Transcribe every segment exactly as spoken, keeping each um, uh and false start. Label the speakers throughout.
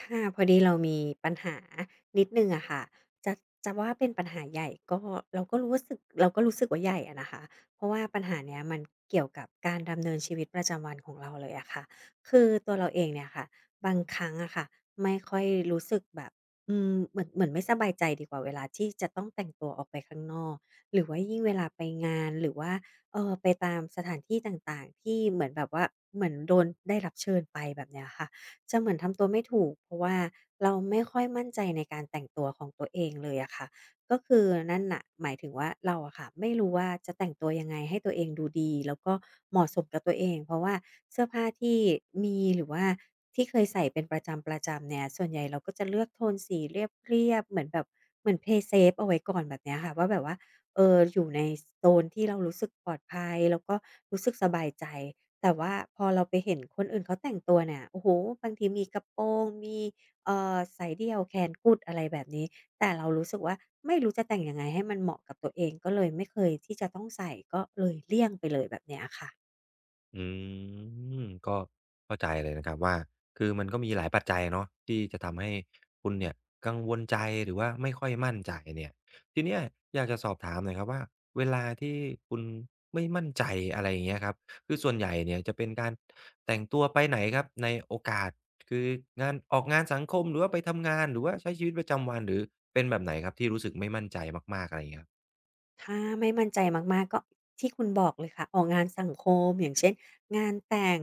Speaker 1: ค่ะพอดีเรามีปัญหานิดหนึ่งอะค่ะจะจะว่าเป็นปัญหาใหญ่ก็เราก็รู้สึกเราก็รู้สึกว่าใหญ่อะนะคะเพราะว่าปัญหาเนี้ยมันเกี่ยวกับการดำเนินชีวิตประจำวันของเราเลยอะค่ะคือตัวเราเองเนี่ยค่ะบางครั้งอะค่ะไม่ค่อยรู้สึกแบบอืมเหมือนเหมือนไม่สบายใจดีกว่าเวลาที่จะต้องแต่งตัวออกไปข้างนอกหรือว่ายิ่งเวลาไปงานหรือว่าเอ่อไปตามสถานที่ต่างๆที่เหมือนแบบว่าเหมือนโดนได้รับเชิญไปแบบเนี้ยค่ะ จะเหมือนทำตัวไม่ถูกเพราะว่าเราไม่ค่อยมั่นใจในการแต่งตัวของตัวเองเลยอะค่ะก็คือนั่นน่ะหมายถึงว่าเราอะค่ะไม่รู้ว่าจะแต่งตัวยังไงให้ตัวเองดูดีแล้วก็เหมาะสมกับตัวเองเพราะว่าเสื้อผ้าที่มีหรือว่าที่เคยใส่เป็นประจำประจำเนี่ยส่วนใหญ่เราก็จะเลือกโทนสีเรียบๆเหมือนแบบเหมือน play safe เอาไว้ก่อนแบบเนี้ยค่ะว่าแบบว่าเอออยู่ในโซนที่เรารู้สึกปลอดภัยแล้วก็รู้สึกสบายใจ แต่ว่าพอเราไปเห็นคนอื่นเขาแต่งตัวเนี่ยโอ้โฮบางทีมีกระโปรง มีเอ่อสายเดี่ยวแขนกุดอะไรแบบนี้ แต่เรารู้สึกว่าไม่รู้จะแต่งยังไงให้มันเหมาะกับตัวเอง ก็เลยไม่เคยที่จะต้องใส่ก็เลยเลี่ยงไปเลยแบบเนี้ยค่ะ
Speaker 2: อืมก็เข้าใจเลยนะครับว่าคือมันก็มีหลายปัจจัยเนาะที่จะทำให้คุณเนี่ยกังวลใจหรือว่าไม่ค่อยมั่นใจเนี่ยทีเนี้ยอยากจะสอบถามหน่อยครับว่าเวลาที่คุณไม่มั่นใจอะไรอย่างเงี้ยครับคือส่วนใหญ่เนี่ยจะเป็นการแต่งตัวไปไหนครับในโอกาสคืองานออกงานสังคมหรือว่าไปทำงานหรือว่าใช้ชีวิตประจำวันหรือเป็นแบบไหนครับที่รู้สึกไม่มั่นใจมากๆอะไรอย่างเงี้ยครับ
Speaker 1: ถ้าไม่มั่นใจมากๆก็ที่คุณบอกเลยค่ะออกงานสังคมอย่างเช่นงานแต่ง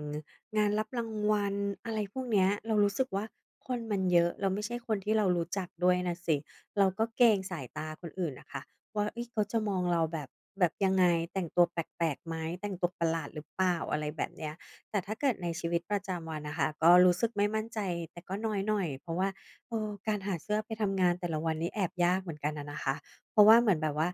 Speaker 1: งานรับรางวัลอะไรพวกเนี้ยเรารู้สึกว่าคนมันเยอะแล้วไม่ใช่คนที่เรารู้จักด้วยน่ะสิเราก็เกรงสายตาคนอื่นน่ะค่ะว่าเฮ้ยเขาจะมองเราแบบแบบยังไงแต่งตัวแปลกๆไหมแต่งตัวประหลาดหรือเปล่าอะไรแบบเนี้ยแต่ถ้าเกิดในชีวิตประจำวันน่ะค่ะก็รู้สึกไม่มั่นใจแต่ก็น้อยหน่อยเพราะว่าเออการหาเสื้อไปทำงานแต่ละวันนี้แอบยากเหมือนกันอะนะคะเพราะว่าเหมือนแบบว่า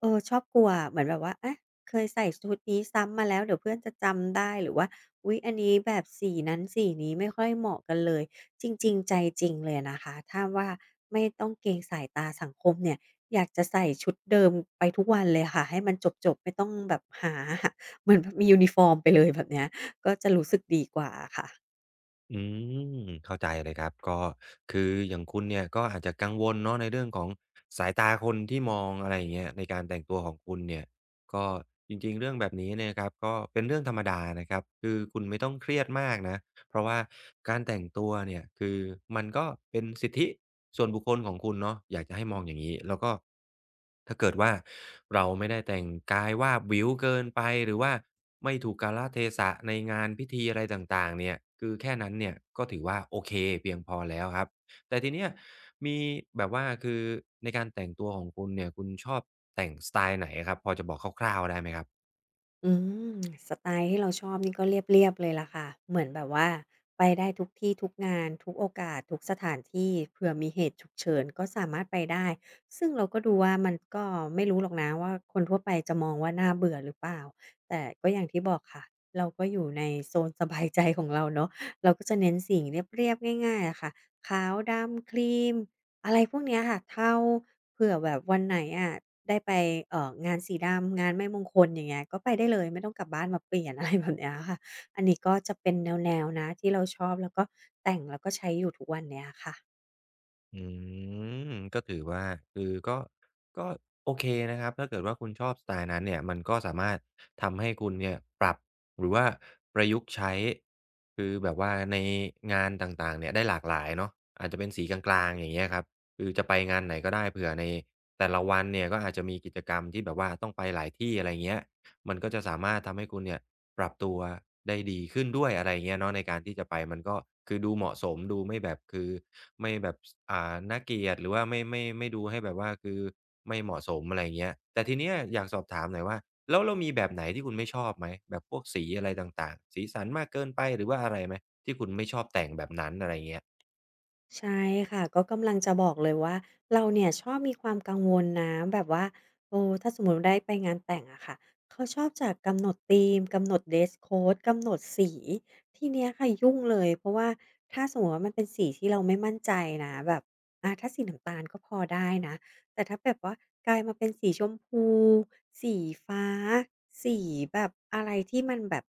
Speaker 1: เออชอบกลัวอะเหมือนแบบว่าอะเคยใส่ชุดนี้ซ้ำมาแล้วเดี๋ยวเพื่อนจะจำได้หรือว่าอุ๊ยอันนี้แบบสีนั้นสีนี้ไม่ค่อยเหมาะกันเลยจริงๆใจจริงเลยอะนะคะถ้าว่าไม่ต้องเกรงสายตาสังคมเนี่ยอยากจะใส่ชุดเดิมไปทุกวันเลยค่ะให้มันจบๆไม่ต้องแบบหา เหมือนแบบมียูนิฟอร์มไปเลยแบบเนี้ยก็จะรู้สึกดีกว่าอะค่ะ
Speaker 2: อืมเข้าใจเลยครับก็คืออย่างคุณเนี่ยก็อาจจะกังวลเนาะในเรื่องของสายตาคนที่มองอะไรอย่างเงี้ยในการแต่งตัวของคุณเนี่ยก็จริงๆเรื่องแบบนี้เนี่ยครับก็เป็นเรื่องธรรมดานะครับคือคุณไม่ต้องเครียดมากนะ เพราะว่าการแต่งตัวเนี่ยคือมันก็เป็นสิทธิส่วนบุคคลของคุณเนาะอยากจะให้มองอย่างงี้แล้วก็ถ้าเกิดว่าเราไม่ได้แต่งกายวาบหวิวเกินไปหรือว่าไม่ถูกกาลเทศะในงานพิธีอะไรต่างๆเนี่ยคือแค่นั้นเนี่ยก็ถือว่าโอเคเพียงพอแล้วครับแต่ทีเนี้ยมีแบบว่าคือในการแต่งตัวของคุณเนี่ยคุณชอบแต่งสไตล์ไหนครับพอจะบอกคร่าวๆได้ไหมครับ
Speaker 1: อืมสไตล์ที่เราชอบนี่ก็เรียบๆเลยล่ะค่ะเหมือนแบบว่าไปได้ทุกที่ทุกงานทุกโอกาสทุกสถานที่เผื่อมีเหตุฉุกเฉินก็สามารถไปได้ซึ่งเราก็ดูว่ามันก็ไม่รู้หรอกนะว่าคนทั่วไปจะมองว่าน่าเบื่อหรือเปล่าแต่ก็อย่างที่บอกค่ะเราก็อยู่ในโซนสบายใจของเราเนาะเราก็จะเน้นสิ่งเรียบๆง่ายๆอะค่ะขาวดำครีม อะไรพวกเนี้ยค่ะเท่าเผื่อแบบวันไหนอะได้ไปเอ่องานสีดำงานไม่มงคลอย่างเงี้ยก็ไปได้เลยไม่ต้องกลับบ้านมาเปลี่ยน อะไรแบบเนี้ยค่ะอันนี้ก็จะเป็นแนวๆนะที่เราชอบแล้วก็แต่งแล้วก็ใช้อยู่ทุกวันเนี้ยค่ะ
Speaker 2: อืมก็ถือว่าคือก็ก็โอเคนะครับถ้าเกิดว่าคุณชอบสไตล์นั้นเนี่ยมันก็สามารถทำให้คุณเนี่ยปรับหรือว่าประยุกต์ใช้คือแบบว่าในงานต่างๆเนี่ยได้หลากหลายเนาะอาจจะเป็นสีกลางๆอย่างเงี้ยครับคือจะไปงานไหนก็ได้เผื่อในแต่ละวันเนี่ยก็อาจจะมีกิจกรรมที่แบบว่าต้องไปหลายที่อะไรเงี้ยมันก็จะสามารถทำให้คุณเนี่ย ปรับตัวได้ดีขึ้นด้วยอะไรเงี้ยเนาะในการที่จะไปมันก็คือดูเหมาะสมดูไม่แบบคือไม่แบบสอ่าน่าเกลียดหรือว่าไม่ไม่ไม่ดูให้แบบว่าคือไม่เหมาะสมอะไรเงี้ยแต่ทีเนี้ยอยากสอบถามหน่อยว่าแล้วเรามีแบบไหนที่คุณไม่ชอบไหมแบบพวกสีอะไรต่างๆสีสันมากเกินไปหรือว่าอะไรไหมที่คุณไม่ชอบแต่งแบบนั้นอะไรเงี้ย
Speaker 1: ใช่ค่ะก็กำลังจะบอกเลยว่าเราเนี่ยชอบมีความกังวลนะแบบว่าเออถ้าสมมุติได้ไปงานแต่งอะค่ะเขาชอบจะกำหนดธีมกำหนด dress code กำหนดสีทีเนี้ยค่ะยุ่งเลยเพราะว่าถ้าสมมุติว่ามันเป็นสีที่เราไม่มั่นใจนะแบบอาถ้าสีน้ำตาลก็พอได้นะแต่ถ้าแบบว่ากลายมาเป็นสีชมพูสีฟ้าสีแบบอะไรที่มันแบบ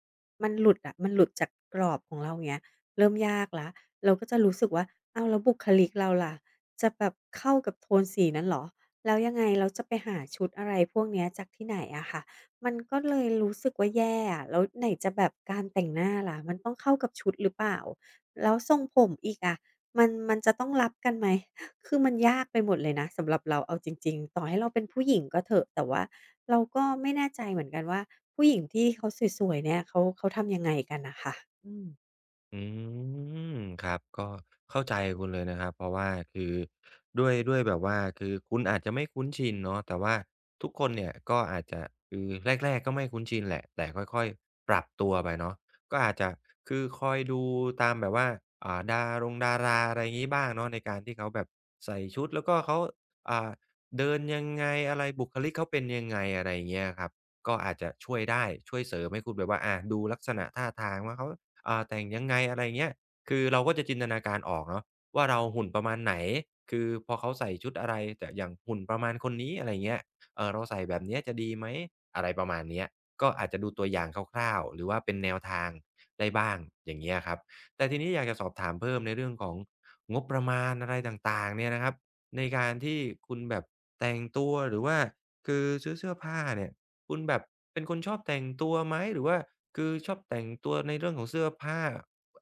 Speaker 1: มันหลุดอะมันหลุดจากกรอบของเราอย่างเงี้ยเริ่มยากแล้ว เราก็จะรู้สึกว่าอ้าวแล้วบุคลิกเราล่ะ จะแบบเข้ากับโทนสีนั้นเหรอ แล้วยังไงเราจะไปหาชุดอะไรพวกเนี้ยจากที่ไหนอะค่ะมันก็เลยรู้สึกว่าแย่อะแล้วไหนจะแบบการแต่งหน้าล่ะมันต้องเข้ากับชุดหรือเปล่า แล้วทรงผมอีกอะมันมันจะต้องรับกันไหม คือมันยากไปหมดเลยนะสำหรับเราเอาจริงๆต่อให้เราเป็นผู้หญิงก็เถอะแต่ว่าเราก็ไม่แน่ใจเหมือนกันว่าผู้หญิงที่เขาสวยๆเนี่ยเขาเขาทำยังไงกันน่ะค่ะอืม
Speaker 2: อืมครับก็เข้าใจคุณเลยนะครับเพราะว่าคือด้วยด้วยแบบว่าคือคุณอาจจะไม่คุ้นชินเนาะแต่ว่าทุกคนเนี่ยก็อาจจะคือแรกๆก็ไม่คุ้นชินแหละแต่ค่อยๆปรับตัวไปเนาะก็อาจจะคือคอยดูตามแบบว่าอ่าดารงดาราอะไรงี้บ้างเนาะในการที่เขาแบบใส่ชุดแล้วก็เขาอ่าเดินยังไงอะไรบุคลิกเขาเป็นยังไงอะไรอย่างเงี้ยครับก็อาจจะช่วยได้ช่วยเสริมให้คุณแบบว่าอาดูลักษณะท่าทางว่าเขา อ่าแต่งยังไงอะไรเงี้ยคือเราก็จะจินตนาการออกเนาะว่าเราหุ่นประมาณไหนคือพอเขาใส่ชุดอะไรแต่อย่างหุ่นประมาณคนนี้อะไรเงี้ยเอ่อเราใส่แบบเนี้ยจะดีไหมอะไรประมาณเนี้ยก็อาจจะดูตัวอย่างคร่าวๆหรือว่าเป็นแนวทางได้บ้างอย่างเงี้ยครับแต่ทีนี้อยากจะสอบถามเพิ่มในเรื่องของงบประมาณอะไรต่างๆเนี่ยนะครับในการที่คุณแบบแต่งตัวหรือว่าคือซื้อเสื้อผ้าเนี่ย คุณแบบเป็นคนชอบแต่งตัวไหมหรือว่าคือชอบแต่งตัวในเรื่องของเสื้อผ้า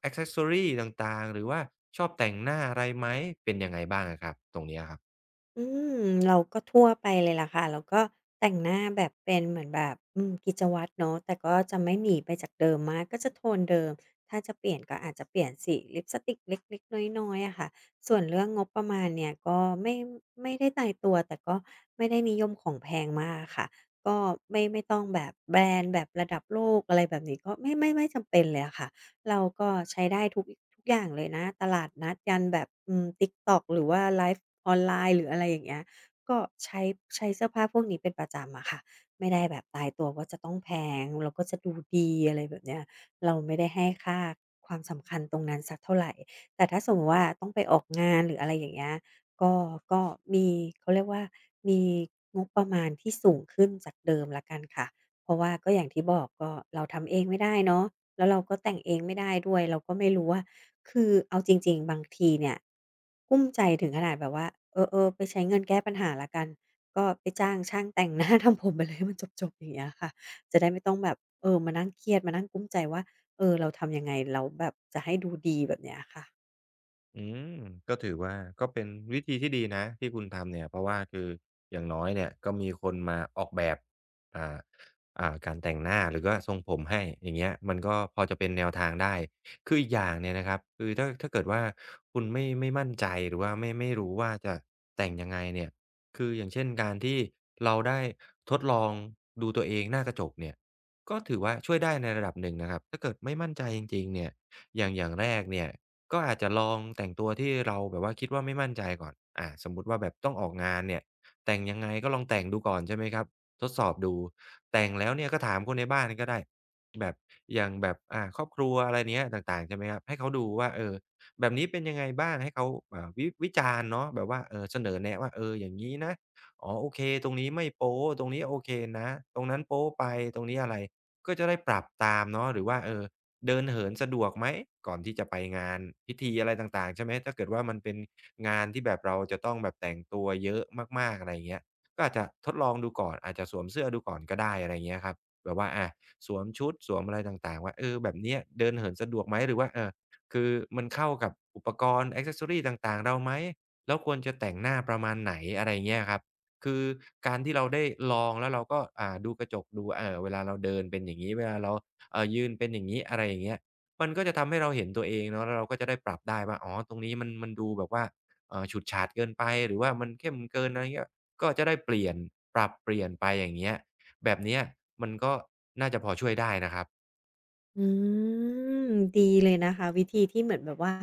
Speaker 2: accessory ต่างๆหรือว่าชอบแต่งหน้าอะไรไหมเป็นยังไงบ้างอะครับตรงเนี้ยครับ
Speaker 1: อืมเราก็ทั่วไปเลยล่ะค่ะเราก็แต่งหน้าแบบเป็นเหมือนแบบอืมกิจวัตรเนาะแต่ก็จะไม่หนีไปจากเดิมมากก็จะโทนเดิมถ้าจะเปลี่ยนก็อาจจะเปลี่ยนสีลิปสติกเล็กๆน้อยๆอะค่ะส่วนเรื่องงบประมาณเนี่ยก็ไม่ไม่ได้ตายตัวแต่ก็ไม่ได้นิยมของแพงมากอะค่ะก็ไม่ไม่ต้องแบบแบรนด์แบบระดับโลกอะไรแบบนี้ก็ไม่ไม่ไม่จำเป็นเลยอะค่ะ เราก็ใช้ได้ทุกทุกอย่างเลยนะตลาดนัดยันแบบอืม ติ๊กต็อก หรือว่าไลฟ์ออนไลน์หรืออะไรอย่างเงี้ยก็ใช้ใช้เสื้อผ้าพวกนี้เป็นประจำอะค่ะไม่ได้แบบตายตัวว่าจะต้องแพงแล้วก็จะดูดีอะไรแบบเนี้ยเราไม่ได้ให้ค่าความสำคัญตรงนั้นสักเท่าไรแต่ถ้าสมมุติว่าต้องไปออกงานหรืออะไรอย่างเงี้ยก็ก็มีเขาเรียกว่ามีงบประมาณที่สูงขึ้นจากเดิมแล้วกันค่ะเพราะว่าก็อย่างที่บอกก็เราทำเองไม่ได้เนาะ แล้วเราก็แต่งเองไม่ได้ด้วยเราก็ไม่รู้ว่าคือเอาจริงๆบางทีเนี่ยกลุ้มใจถึงขนาดแบบว่าเออๆไปใช้เงินแก้ปัญหาแล้วกันก็ไปจ้างช่างแต่งหน้า ทำผมไปเลยให้มันจบๆอย่างเงี้ยค่ะจะได้ไม่ต้องแบบเออมานั่งเครียดมานั่งกลุ้มใจว่าเออเราทำยังไงแล้วแบบจะให้ดูดีแบบเนี้ยค่ะ
Speaker 2: อืมก็ถือว่าก็เป็นวิธีที่ดีนะที่คุณทำเนี่ยเพราะว่าคืออย่างน้อยเนี่ยก็มีคนมาออกแบบอ่าอ่าการแต่งหน้าหรือว่าทรงผมให้อย่างเงี้ยมันก็พอจะเป็นแนวทางได้คืออีกอย่างเนี่ยนะครับคือถ้าถ้าเกิดว่าคุณไม่ไม่มั่นใจหรือว่าไม่ไม่รู้ว่าจะแต่งยังไงเนี่ยคืออย่างเช่นการที่เราได้ทดลองดูตัวเองหน้ากระจกเนี่ยก็ถือว่าช่วยได้ในระดับหนึ่งนะครับถ้าเกิดไม่มั่นใจจริงๆเนี่ยอย่างอย่างแรกเนี่ย ก็อาจจะลองแต่งตัวที่เราแบบว่าคิดว่าไม่มั่นใจก่อนอ่าสมมุติว่าแบบต้องออกงานเนี่ยแต่งยังไงก็ลองแต่งดูก่อนใช่ไหมครับทดสอบดูแต่งแล้วเนี่ยก็ถามคนในบ้านก็ได้แบบอย่างแบบอ่าครอบครัวอะไรเนี้ยต่างๆใช่ไหมครับให้เขาดูว่าเออแบบนี้เป็นยังไงบ้างให้เขาอ่าวิวิจารณ์เนาะแบบว่าเออเสนอแนะว่าเอออย่างงี้นะอ๋อโอเคตรงนี้ไม่โป๊ะตรงนี้โอเคนะตรงนั้นโป๊ะไปตรงนี้อะไรก็จะได้ปรับตามเนาะหรือว่าเออ เดินเหินสะดวกไหมก่อนที่จะไปงานพิธีอะไรต่างๆใช่ไหมถ้าเกิดว่ามันเป็นงานที่แบบเราจะต้องแบบแต่งตัวเยอะมากๆอะไรอย่างเงี้ยก็อาจจะทดลองดูก่อนอาจจะสวมเสื้อดูก่อนก็ได้อะไรอย่างเงี้ยครับแบบว่าอาสวมชุดสวมอะไรต่างๆว่าเออแบบเนี้ยเดินเหินสะดวกไหมหรือว่าเอ่อคือมันเข้ากับอุปกรณ์แอกเซสซอรีต่างๆเราไหมแล้วควรจะแต่งหน้าประมาณไหนอะไรอย่างเงี้ยครับคือการที่เราได้ลองแล้วเราก็อ่าดูกระจกดูเอ่อเวลาเราเดินเป็นอย่างงี้เวลาเรา เอ่อยืนเป็นอย่างงี้อะไรอย่างเงี้ยมันก็จะทำให้เราเห็นตัวเองเนาะแล้วเราก็จะได้ปรับได้ว่าอ๋อตรงนี้มันมันดูแบบว่าเอ่อฉูดฉาดเกินไปหรือว่ามันเข้มเกินอะไรเงี้ยก็จะได้เปลี่ยนปรับเปลี่ยนไปอย่างเงี้ยแบบเนี้ยมันก็น่าจะพอช่วยได้นะครับ
Speaker 1: อืมดีเลยนะคะวิธีที่เหมือนแบบว่า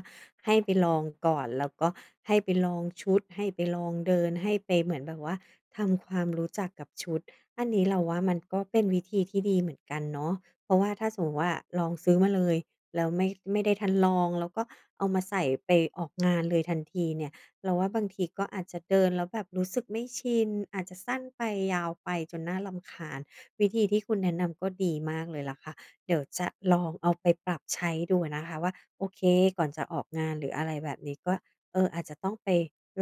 Speaker 1: ให้ไปลองก่อนแล้วก็ให้ไปลองชุดให้ไปลองเดินให้ไปเหมือนแบบว่าทำความรู้จักกับชุดอันนี้เราว่ามันก็เป็นวิธีที่ดีเหมือนกันเนาะเพราะว่าถ้าสมมติว่าลองซื้อมาเลยแล้วไม่ไม่ได้ทันลองแล้วก็เอามาใส่ไปออกงานเลยทันทีเนี่ยเราว่าบางทีก็อาจจะเดินแล้วแบบรู้สึกไม่ชินอาจจะสั้นไปยาวไปจนน่ารำคาญวิธีที่คุณแนะนำก็ดีมากเลยล่ะค่ะ เดี๋ยวจะลองเอาไปปรับใช้ดูนะคะว่าโอเคก่อนจะออกงานหรืออะไรแบบนี้ก็เอออาจจะต้องไป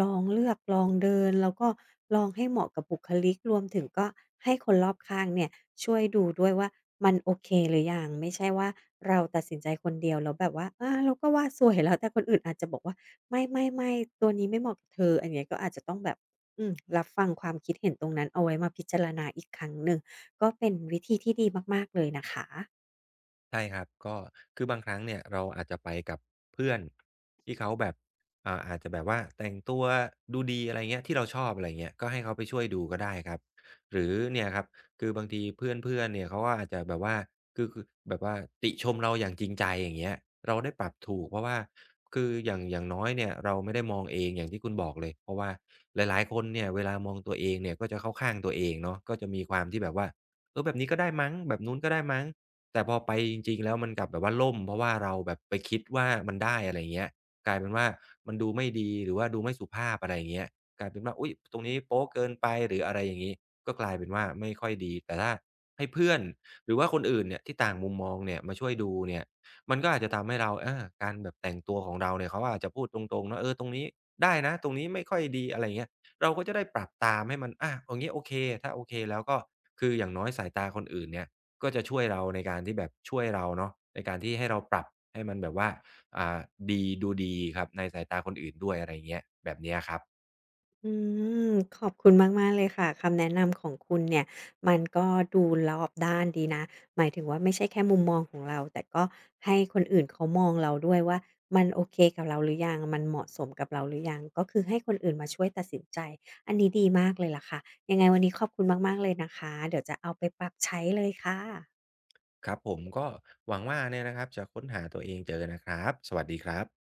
Speaker 1: ลองเลือกลองเดินแล้วก็ลองให้เหมาะกับบุคลิกรวมถึงก็ให้คนรอบข้างเนี่ยช่วยดูด้วยว่ามันโอเคหรือยังไม่ใช่ว่าเราตัดสินใจคนเดียวแล้วแบบว่าอาเราก็ว่าสวยแล้วแต่คนอื่นอาจจะบอกว่าไม่ๆๆตัวนี้ไม่เหมาะกับเธออันเนี้ยก็อาจจะต้องแบบอืมรับฟังความคิดเห็นตรงนั้นเอาไว้มาพิจารณาอีกครั้งหนึ่งก็เป็นวิธีที่ดีมากๆเลยนะคะ
Speaker 2: ใช่ครับก็คือบางครั้งเนี่ยเราอาจจะไปกับเพื่อนที่เขาแบบอ่าอาจจะแบบว่าแต่งตัวดูดีอะไรเงี้ยที่เราชอบอะไรเงี้ยก็ให้เขาไปช่วยดูก็ได้ครับหรือเนี่ยครับคือบางทีเพื่อนๆเนี่ยเขาก็อาจจะแบบว่าคือคือแบบว่าติชมเราอย่างจริงใจอย่างเงี้ยเราได้ปรับถูกเพราะว่าคืออย่างอย่างน้อยเนี่ยเราไม่ได้มองเองอย่างที่คุณบอกเลยเพราะว่าหลายๆคนเนี่ยเวลามองตัวเองเนี่ยก็จะเข้าข้างตัวเองเนาะก็จะมีความที่แบบว่าเออแบบนี้ก็ได้มั้งแบบนู้นก็ได้มั้ง แต่พอไปจริงๆแล้วมันกลับแบบว่าล่มเพราะว่าเราแบบไปคิดว่ามันได้อะไรอย่างเงี้ยกลายเป็นว่ามันดูไม่ดีหรือว่าดูไม่สุภาพอะไรอย่างเงี้ยกลายเป็นว่าอุ๊ยตรงนี้โป๊ะเกินไปหรืออะไรอย่างงี้ก็กลายเป็นว่าไม่ค่อยดีแต่ถ้าให้เพื่อนหรือว่าคนอื่นเนี่ยที่ต่างมุมมองเนี่ยมาช่วยดูเนี่ยมันก็อาจจะทำให้เราอาการแบบแต่งตัวของเราเนี่ยเขาอาจจะพูดตรงๆเนาะเออตรงนี้ได้นะตรงนี้ไม่ค่อยดีอะไรอย่างเงี้ยเราก็จะได้ปรับตามให้มันอาตรงนี้โอเคถ้าโอเคแล้วก็คืออย่างน้อยสายตาคนอื่นเนี่ย ก็จะช่วยเราในการที่แบบช่วยเราเนาะในการที่ให้เราปรับให้มันแบบว่าอ่าดีดูดีครับในสายตาคนอื่นด้วยอะไรเงี้ยแบบเนี้ยครับ
Speaker 1: อืมขอบคุณมากๆเลยค่ะคำแนะนำของคุณเนี่ยมันก็ดูรอบด้านดีนะหมายถึงว่าไม่ใช่แค่มุมมองของเราแต่ก็ให้คนอื่นเขามองเราด้วยว่ามันโอเคกับเราหรือยังมันเหมาะสมกับเราหรือยังก็คือให้คนอื่นมาช่วยตัดสินใจอันนี้ดีมากเลยล่ะค่ะยังไงวันนี้ขอบคุณมากๆเลยนะคะเดี๋ยวจะเอาไปปรับใช้เลยค่ะ
Speaker 2: ครับผมก็หวังว่าเนี่ยนะครับจะค้นหาตัวเองเจอนะครับสวัสดีครับ